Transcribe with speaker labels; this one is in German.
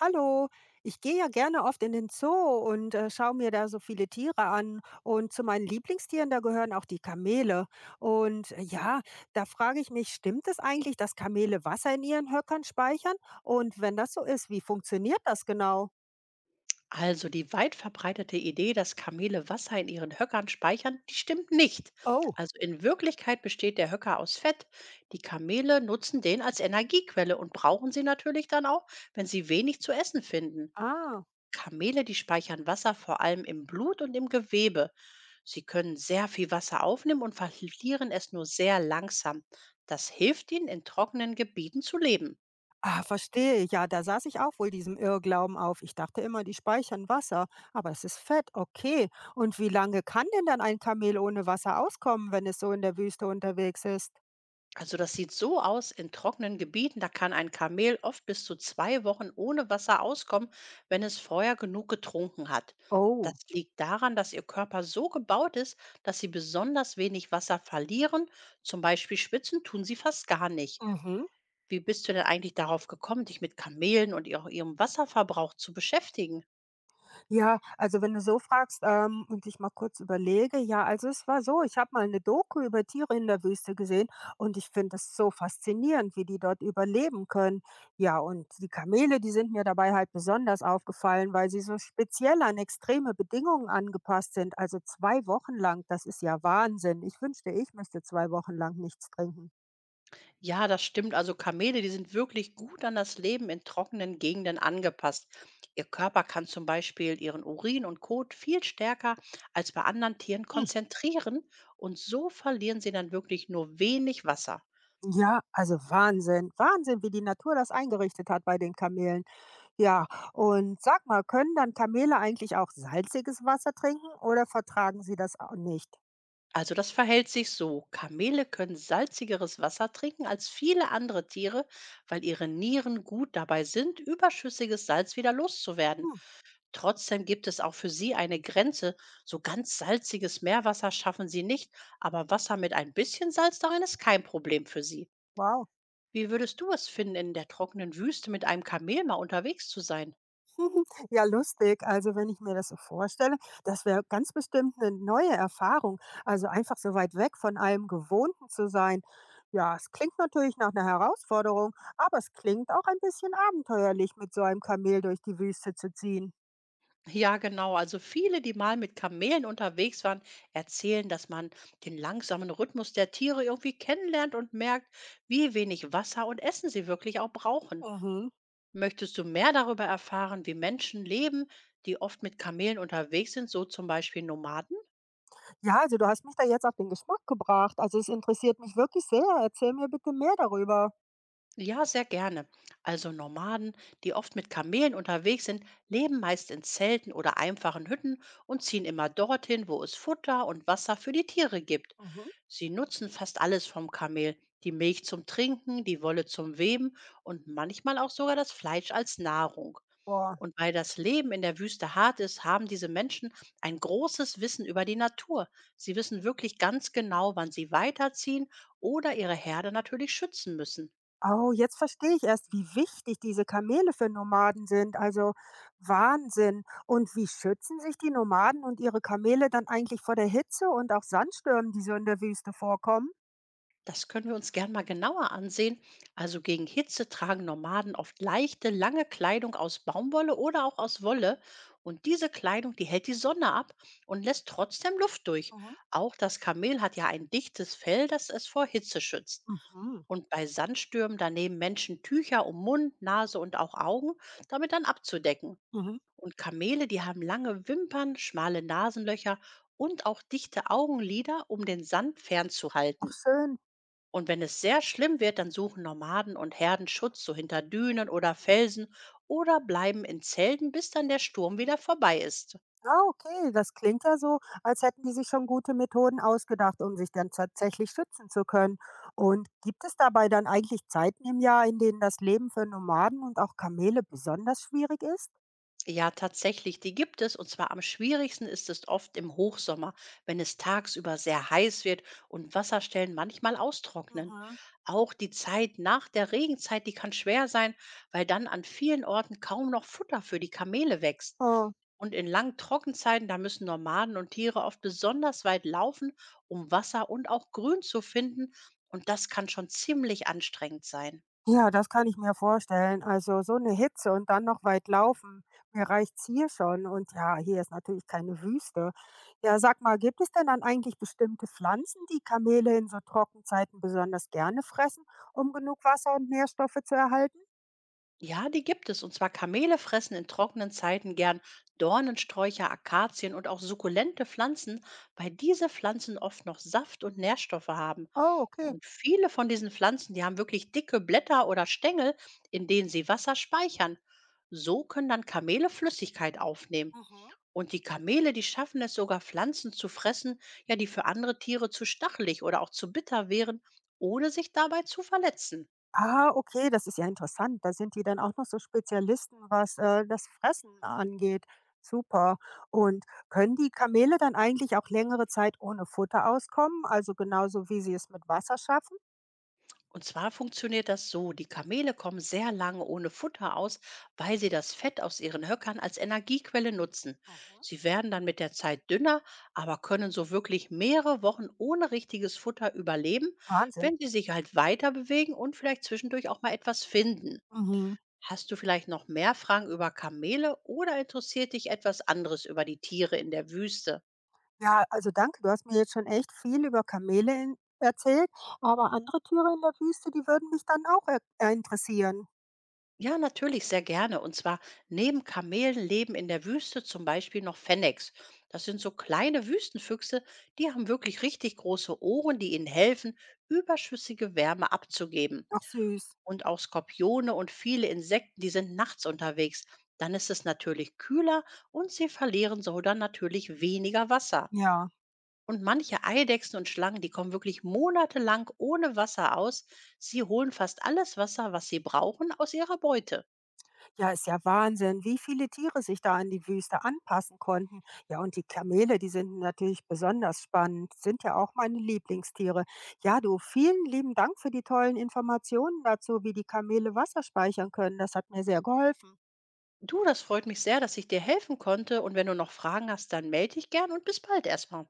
Speaker 1: Hallo, ich gehe ja gerne oft in den Zoo und schaue mir da so viele Tiere an. Und zu meinen Lieblingstieren, da gehören auch die Kamele. Und äh, ja, Da frage ich mich, stimmt es eigentlich, dass Kamele Wasser in ihren Höckern speichern? Und wenn das so ist, wie funktioniert das genau?
Speaker 2: Also die weit verbreitete Idee, dass Kamele Wasser in ihren Höckern speichern, die stimmt nicht.
Speaker 1: Oh,
Speaker 2: Also in Wirklichkeit besteht der Höcker aus Fett. Die Kamele nutzen den als Energiequelle und brauchen sie natürlich dann auch, wenn sie wenig zu essen finden.
Speaker 1: ah.
Speaker 2: Kamele, die speichern Wasser vor allem im Blut und im Gewebe. Sie können sehr viel Wasser aufnehmen und verlieren es nur sehr langsam. Das hilft ihnen, in trockenen Gebieten zu leben.
Speaker 1: Ah, verstehe. Ja, da saß ich auch wohl diesem Irrglauben auf. Ich dachte immer, die speichern Wasser, aber es ist Fett, okay. Und wie lange kann denn dann ein Kamel ohne Wasser auskommen, wenn es so in der Wüste unterwegs ist?
Speaker 2: Also das sieht so aus, in trockenen Gebieten, da kann ein Kamel oft bis zu 2 Wochen ohne Wasser auskommen, wenn es vorher genug getrunken hat. Das
Speaker 1: Oh.
Speaker 2: liegt daran, dass ihr Körper so gebaut ist, dass sie besonders wenig Wasser verlieren. Zum Beispiel schwitzen tun sie fast gar nicht.
Speaker 1: Mhm.
Speaker 2: Wie bist du denn eigentlich darauf gekommen, dich mit Kamelen und ihrem Wasserverbrauch zu beschäftigen?
Speaker 1: Ja, also wenn du so fragst, und ich mal kurz überlege, ja, also es war so, ich habe mal eine Doku über Tiere in der Wüste gesehen und ich finde das so faszinierend, wie die dort überleben können. Ja, und die Kamele, die sind mir dabei halt besonders aufgefallen, weil sie so speziell an extreme Bedingungen angepasst sind. Also 2 Wochen lang, das ist ja Wahnsinn. Ich wünschte, ich müsste 2 Wochen lang nichts trinken.
Speaker 2: Ja, das stimmt. Also Kamele, die sind wirklich gut an das Leben in trockenen Gegenden angepasst. Ihr Körper kann zum Beispiel ihren Urin und Kot viel stärker als bei anderen Tieren
Speaker 1: Hm,
Speaker 2: konzentrieren, und so verlieren sie dann wirklich nur wenig Wasser.
Speaker 1: ja, also Wahnsinn. Wahnsinn, wie die Natur das eingerichtet hat bei den Kamelen. Ja, und sag mal, können dann Kamele eigentlich auch salziges Wasser trinken oder vertragen sie das auch nicht?
Speaker 2: Also das verhält sich so. Kamele können salzigeres Wasser trinken als viele andere Tiere, weil ihre Nieren gut dabei sind, überschüssiges Salz wieder loszuwerden.
Speaker 1: Hm,
Speaker 2: Trotzdem gibt es auch für sie eine Grenze. So ganz salziges Meerwasser schaffen sie nicht, aber Wasser mit ein bisschen Salz darin ist kein Problem für sie.
Speaker 1: wow.
Speaker 2: Wie würdest du es finden, in der trockenen Wüste mit einem Kamel mal unterwegs zu sein?
Speaker 1: Ja, lustig. Also, wenn ich mir das so vorstelle, das wäre ganz bestimmt eine neue Erfahrung. Also einfach so weit weg von allem Gewohnten zu sein. Ja, es klingt natürlich nach einer Herausforderung, aber es klingt auch ein bisschen abenteuerlich, mit so einem Kamel durch die Wüste zu ziehen.
Speaker 2: Ja, genau. Also viele, die mal mit Kamelen unterwegs waren, erzählen, dass man den langsamen Rhythmus der Tiere irgendwie kennenlernt und merkt, wie wenig Wasser und Essen sie wirklich auch brauchen.
Speaker 1: Mhm.
Speaker 2: Möchtest du mehr darüber erfahren, wie Menschen leben, die oft mit Kamelen unterwegs sind, so zum Beispiel Nomaden?
Speaker 1: Ja, also du hast mich da jetzt auf den Geschmack gebracht. Also es interessiert mich wirklich sehr. Erzähl mir bitte mehr darüber.
Speaker 2: Ja, sehr gerne. Also Nomaden, die oft mit Kamelen unterwegs sind, leben meist in Zelten oder einfachen Hütten und ziehen immer dorthin, wo es Futter und Wasser für die Tiere gibt.
Speaker 1: Mhm.
Speaker 2: Sie nutzen fast alles vom Kamel, die Milch zum Trinken, die Wolle zum Weben und manchmal auch sogar das Fleisch als Nahrung.
Speaker 1: Boah.
Speaker 2: Und weil das Leben in der Wüste hart ist, haben diese Menschen ein großes Wissen über die Natur. Sie wissen wirklich ganz genau, wann sie weiterziehen oder ihre Herde natürlich schützen müssen.
Speaker 1: Oh, jetzt verstehe ich erst, wie wichtig diese Kamele für Nomaden sind. Also Wahnsinn. Und wie schützen sich die Nomaden und ihre Kamele dann eigentlich vor der Hitze und auch Sandstürmen, die so in der Wüste vorkommen?
Speaker 2: Das können wir uns gern mal genauer ansehen. Also gegen Hitze tragen Nomaden oft leichte, lange Kleidung aus Baumwolle oder auch aus Wolle. Und diese Kleidung, die hält die Sonne ab und lässt trotzdem Luft durch.
Speaker 1: Mhm.
Speaker 2: Auch das Kamel hat ja ein dichtes Fell, das es vor Hitze schützt.
Speaker 1: Mhm.
Speaker 2: Und bei Sandstürmen daneben Menschen Tücher um Mund, Nase und auch Augen, damit dann abzudecken.
Speaker 1: Mhm.
Speaker 2: Und Kamele, die haben lange Wimpern, schmale Nasenlöcher und auch dichte Augenlider, um den Sand
Speaker 1: Ach
Speaker 2: fernzuhalten.
Speaker 1: schön.
Speaker 2: Und wenn es sehr schlimm wird, dann suchen Nomaden und Herden Schutz so hinter Dünen oder Felsen oder bleiben in Zelten, bis dann der Sturm wieder vorbei ist.
Speaker 1: Ah, okay. Das klingt ja so, als hätten die sich schon gute Methoden ausgedacht, um sich dann tatsächlich schützen zu können. Und gibt es dabei dann eigentlich Zeiten im Jahr, in denen das Leben für Nomaden und auch Kamele besonders schwierig ist?
Speaker 2: Ja, tatsächlich, die gibt es. Und zwar am schwierigsten ist es oft im Hochsommer, wenn es tagsüber sehr heiß wird und Wasserstellen manchmal austrocknen.
Speaker 1: Mhm.
Speaker 2: Auch die Zeit nach der Regenzeit, die kann schwer sein, weil dann an vielen Orten kaum noch Futter für die Kamele wächst.
Speaker 1: Oh.
Speaker 2: Und in langen Trockenzeiten, da müssen Nomaden und Tiere oft besonders weit laufen, um Wasser und auch Grün zu finden. Und das kann schon ziemlich anstrengend sein.
Speaker 1: Ja, das kann ich mir vorstellen. Also so eine Hitze und dann noch weit laufen. Mir reicht's hier schon und ja, hier ist natürlich keine Wüste. Ja, sag mal, gibt es denn dann eigentlich bestimmte Pflanzen, die Kamele in so Trockenzeiten besonders gerne fressen, um genug Wasser und Nährstoffe zu erhalten?
Speaker 2: Ja, die gibt es. Und zwar Kamele fressen in trockenen Zeiten gern Dornensträucher, Akazien und auch sukkulente Pflanzen, weil diese Pflanzen oft noch Saft und Nährstoffe haben.
Speaker 1: Oh,
Speaker 2: Ja,
Speaker 1: okay.
Speaker 2: und viele von diesen Pflanzen, die haben wirklich dicke Blätter oder Stängel, in denen sie Wasser speichern. So können dann Kamele Flüssigkeit aufnehmen.
Speaker 1: Mhm.
Speaker 2: Und die Kamele, die schaffen es sogar, Pflanzen zu fressen, ja, die für andere Tiere zu stachelig oder auch zu bitter wären, ohne sich dabei zu verletzen.
Speaker 1: Ah, okay, das ist ja interessant. Da sind die dann auch noch so Spezialisten, was, das Fressen angeht. Super. Und können die Kamele dann eigentlich auch längere Zeit ohne Futter auskommen? Also genauso wie sie es mit Wasser schaffen?
Speaker 2: Und zwar funktioniert das so, die Kamele kommen sehr lange ohne Futter aus, weil sie das Fett aus ihren Höckern als Energiequelle nutzen.
Speaker 1: Mhm.
Speaker 2: Sie werden dann mit der Zeit dünner, aber können so wirklich mehrere Wochen ohne richtiges Futter überleben,
Speaker 1: Wahnsinn.
Speaker 2: wenn sie sich halt weiter bewegen und vielleicht zwischendurch auch mal etwas finden.
Speaker 1: Mhm.
Speaker 2: Hast du vielleicht noch mehr Fragen über Kamele oder interessiert dich etwas anderes über die Tiere in der Wüste?
Speaker 1: Ja, also danke. Du hast mir jetzt schon echt viel über Kamele in erzählt, aber andere Tiere in der Wüste, die würden mich dann auch interessieren.
Speaker 2: Ja, natürlich, sehr gerne. Und zwar neben Kamelen leben in der Wüste zum Beispiel noch Fennecs. Das sind so kleine Wüstenfüchse, die haben wirklich richtig große Ohren, die ihnen helfen, überschüssige Wärme abzugeben.
Speaker 1: Ach süß.
Speaker 2: Und auch Skorpione und viele Insekten, die sind nachts unterwegs. Dann ist es natürlich kühler und sie verlieren so dann natürlich weniger Wasser.
Speaker 1: Ja.
Speaker 2: Und manche Eidechsen und Schlangen, die kommen wirklich monatelang ohne Wasser aus. Sie holen fast alles Wasser, was sie brauchen, aus ihrer Beute.
Speaker 1: Ja, ist ja Wahnsinn, wie viele Tiere sich da an die Wüste anpassen konnten. Ja, und die Kamele, die sind natürlich besonders spannend, sind ja auch meine Lieblingstiere. Ja, du, vielen lieben Dank für die tollen Informationen dazu, wie die Kamele Wasser speichern können. Das hat mir sehr geholfen.
Speaker 2: Du, das freut mich sehr, dass ich dir helfen konnte. Und wenn du noch Fragen hast, dann melde dich gern und bis bald erstmal.